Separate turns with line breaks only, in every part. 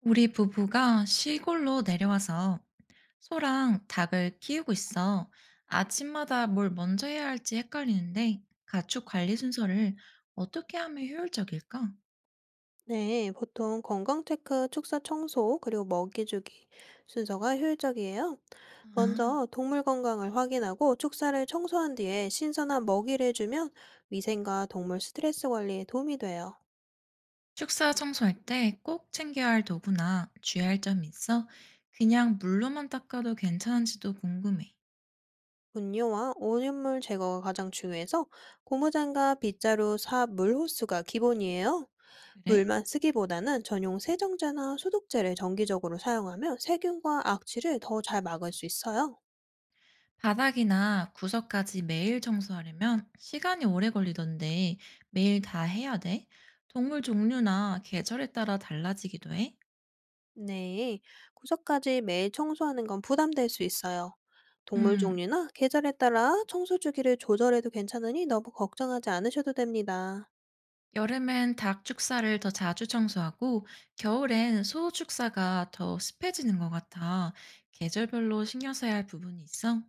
우리 부부가 시골로 내려와서 소랑 닭을 키우고 있어. 아침마다 뭘 먼저 해야 할지 헷갈리는데 가축 관리 순서를 어떻게 하면 효율적일까?
네, 보통 건강 체크, 축사 청소, 그리고 먹이 주기 순서가 효율적이에요.
아,
먼저 동물 건강을 확인하고 축사를 청소한 뒤에 신선한 먹이를 주면 위생과 동물 스트레스 관리에 도움이 돼요.
축사 청소할 때 꼭 챙겨야 할 도구나 주의할 점이 있어? 그냥 물로만 닦아도 괜찮은지도 궁금해.
분뇨와 오염물 제거가 가장 중요해서 고무장갑, 빗자루, 삽, 물 호스가 기본이에요.
그래?
물만 쓰기보다는 전용 세정제나 소독제를 정기적으로 사용하면 세균과 악취를 더 잘 막을 수 있어요.
바닥이나 구석까지 매일 청소하려면 시간이 오래 걸리던데 매일 다 해야 돼? 동물 종류나 계절에 따라 달라지기도 해?
네, 구석까지 매일 청소하는 건 부담될 수 있어요. 동물
음,
종류나 계절에 따라 청소 주기를 조절해도 괜찮으니 너무 걱정하지 않으셔도 됩니다.
여름엔 닭 축사를 더 자주 청소하고 겨울엔 소 축사가 더 습해지는 것 같아. 계절별로 신경 써야 할 부분이 있어?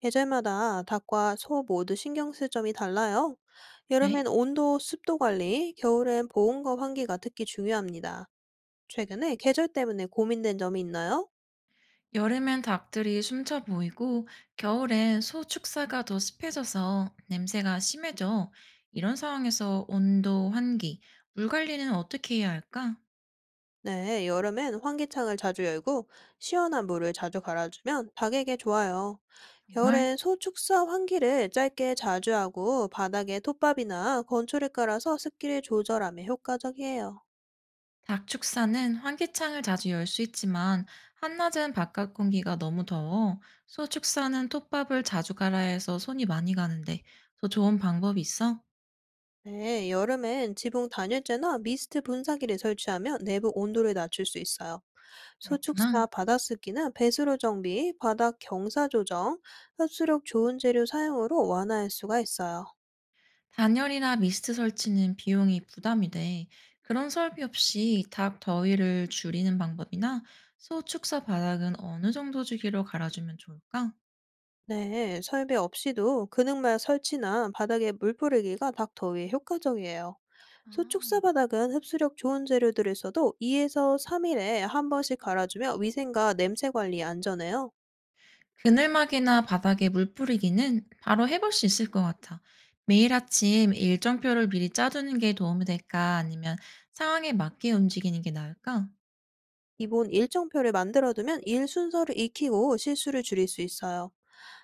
계절마다 닭과 소 모두 신경 쓸 점이 달라요. 여름엔
그래?
온도, 습도 관리, 겨울엔 보온과 환기가 특히 중요합니다. 최근에 계절 때문에 고민된 점이 있나요?
여름엔 닭들이 숨차 보이고 겨울엔 소 축사가 더 습해져서 냄새가 심해져. 이런 상황에서 온도, 환기, 물 관리는 어떻게 해야 할까?
네, 여름엔 환기창을 자주 열고 시원한 물을 자주 갈아주면 닭에게 좋아요.
정말?
겨울엔 소 축사 환기를 짧게 자주 하고 바닥에 톱밥이나 건초를 깔아서 습기를 조절하면 효과적이에요.
닭 축사는 환기창을 자주 열 수 있지만 한낮엔 바깥 공기가 너무 더워. 소 축사는 톱밥을 자주 갈아야 해서 손이 많이 가는데 더 좋은 방법이 있어?
네, 여름엔 지붕 단열재나 미스트 분사기를 설치하면 내부 온도를 낮출 수 있어요. 소축사
그렇구나.
바닥 습기는 배수로 정비, 바닥 경사 조정, 흡수력 좋은 재료 사용으로 완화할 수가 있어요.
단열이나 미스트 설치는 비용이 부담이 돼. 그런 설비 없이 닭 더위를 줄이는 방법이나 소 축사 바닥은 어느 정도 주기로 갈아주면 좋을까?
네, 설비 없이도 근육막 설치나 바닥에 물 뿌리기가 닭 더위에 효과적이에요.
아,
소축사 바닥은 흡수력 좋은 재료들을 써도 2에서 3일에 한 번씩 갈아주며 위생과 냄새 관리에 안전해요.
그늘막이나 바닥에 물 뿌리기는 바로 해볼 수 있을 것 같아. 매일 아침 일정표를 미리 짜두는 게 도움이 될까? 아니면 상황에 맞게 움직이는 게 나을까?
기본 일정표를 만들어두면 일 순서를 익히고 실수를 줄일 수 있어요.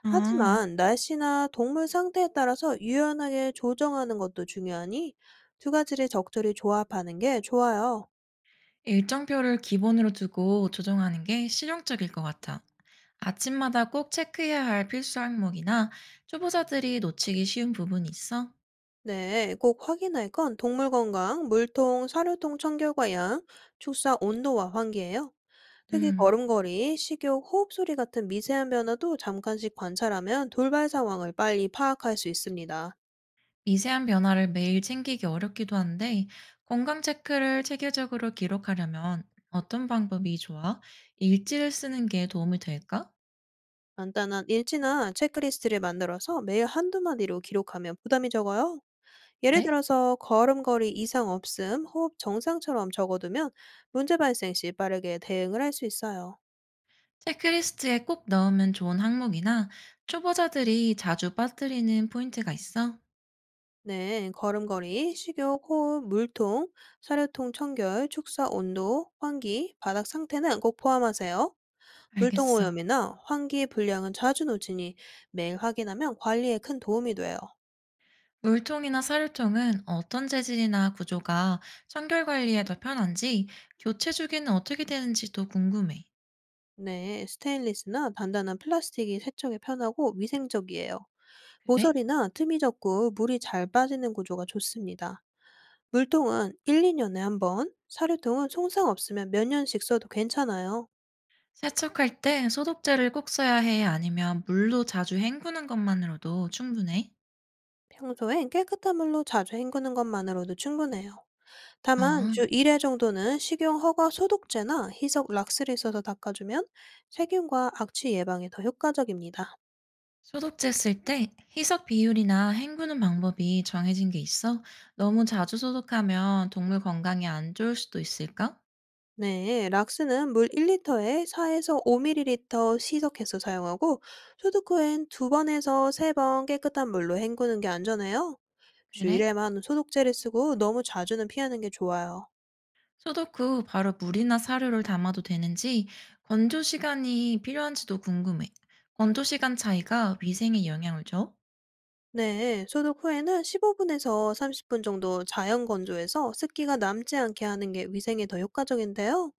아.
하지만 날씨나 동물 상태에 따라서 유연하게 조정하는 것도 중요하니 두 가지를 적절히 조합하는 게 좋아요.
일정표를 기본으로 두고 조정하는 게 실용적일 것 같아. 아침마다 꼭 체크해야 할 필수 항목이나 초보자들이 놓치기 쉬운 부분이 있어?
네, 꼭 확인할 건 동물 건강, 물통, 사료통 청결과 양, 축사 온도와 환기예요. 특히
음,
걸음걸이, 식욕, 호흡 소리 같은 미세한 변화도 잠깐씩 관찰하면 돌발 상황을 빨리 파악할 수 있습니다.
미세한 변화를 매일 챙기기 어렵기도 한데 건강 체크를 체계적으로 기록하려면 어떤 방법이 좋아? 일지를 쓰는 게 도움이 될까?
간단한 일지나 체크리스트를 만들어서 매일 한두 마디로 기록하면 부담이 적어요. 예를
그래?
들어서 걸음걸이 이상 없음, 호흡 정상처럼 적어두면 문제 발생 시 빠르게 대응을 할 수 있어요.
체크리스트에 꼭 넣으면 좋은 항목이나 초보자들이 자주 빠뜨리는 포인트가 있어?
네, 걸음걸이, 식욕, 호흡, 물통, 사료통 청결, 축사 온도, 환기, 바닥 상태는 꼭 포함하세요. 물통
알겠어.
오염이나 환기 불량은 자주 놓치니 매일 확인하면 관리에 큰 도움이 돼요.
물통이나 사료통은 어떤 재질이나 구조가 청결 관리에 더 편한지, 교체 주기는 어떻게 되는지도 궁금해.
네, 스테인리스나 단단한 플라스틱이 세척에 편하고 위생적이에요.
그래?
모서리나 틈이 적고 물이 잘 빠지는 구조가 좋습니다. 물통은 1, 2년에 한 번, 사료통은 손상 없으면 몇 년씩 써도 괜찮아요.
세척할 때 소독제를 꼭 써야 해? 아니면 물로 자주 헹구는 것만으로도 충분해?
평소엔 깨끗한 물로 자주 헹구는 것만으로도 충분해요. 다만
아,
주 1회 정도는 식용 허가 소독제나 희석 락스를 써서 닦아주면 세균과 악취 예방에 더 효과적입니다.
소독제 쓸 때 희석 비율이나 헹구는 방법이 정해진 게 있어? 너무 자주 소독하면 동물 건강에 안 좋을 수도 있을까?
네, 락스는 물 1리터에 4에서 5ml 희석해서 사용하고 소독 후엔 2번에서 3번 깨끗한 물로 헹구는 게 안전해요. 주
그래?
1회만 소독제를 쓰고 너무 자주는 피하는 게 좋아요.
소독 후 바로 물이나 사료를 담아도 되는지 건조 시간이 필요한지도 궁금해. 건조 시간 차이가 위생에 영향을 줘?
네, 소독 후에는 15분에서 30분 정도 자연 건조해서 습기가 남지 않게 하는 게 위생에 더 효과적인데요.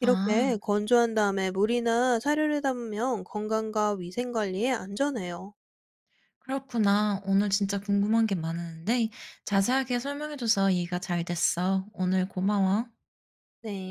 아,
이렇게 건조한 다음에 물이나 사료를 담으면 건강과 위생 관리에 안전해요.
그렇구나. 오늘 진짜 궁금한 게 많았는데 자세하게 설명해줘서 이해가 잘 됐어. 오늘 고마워.
네.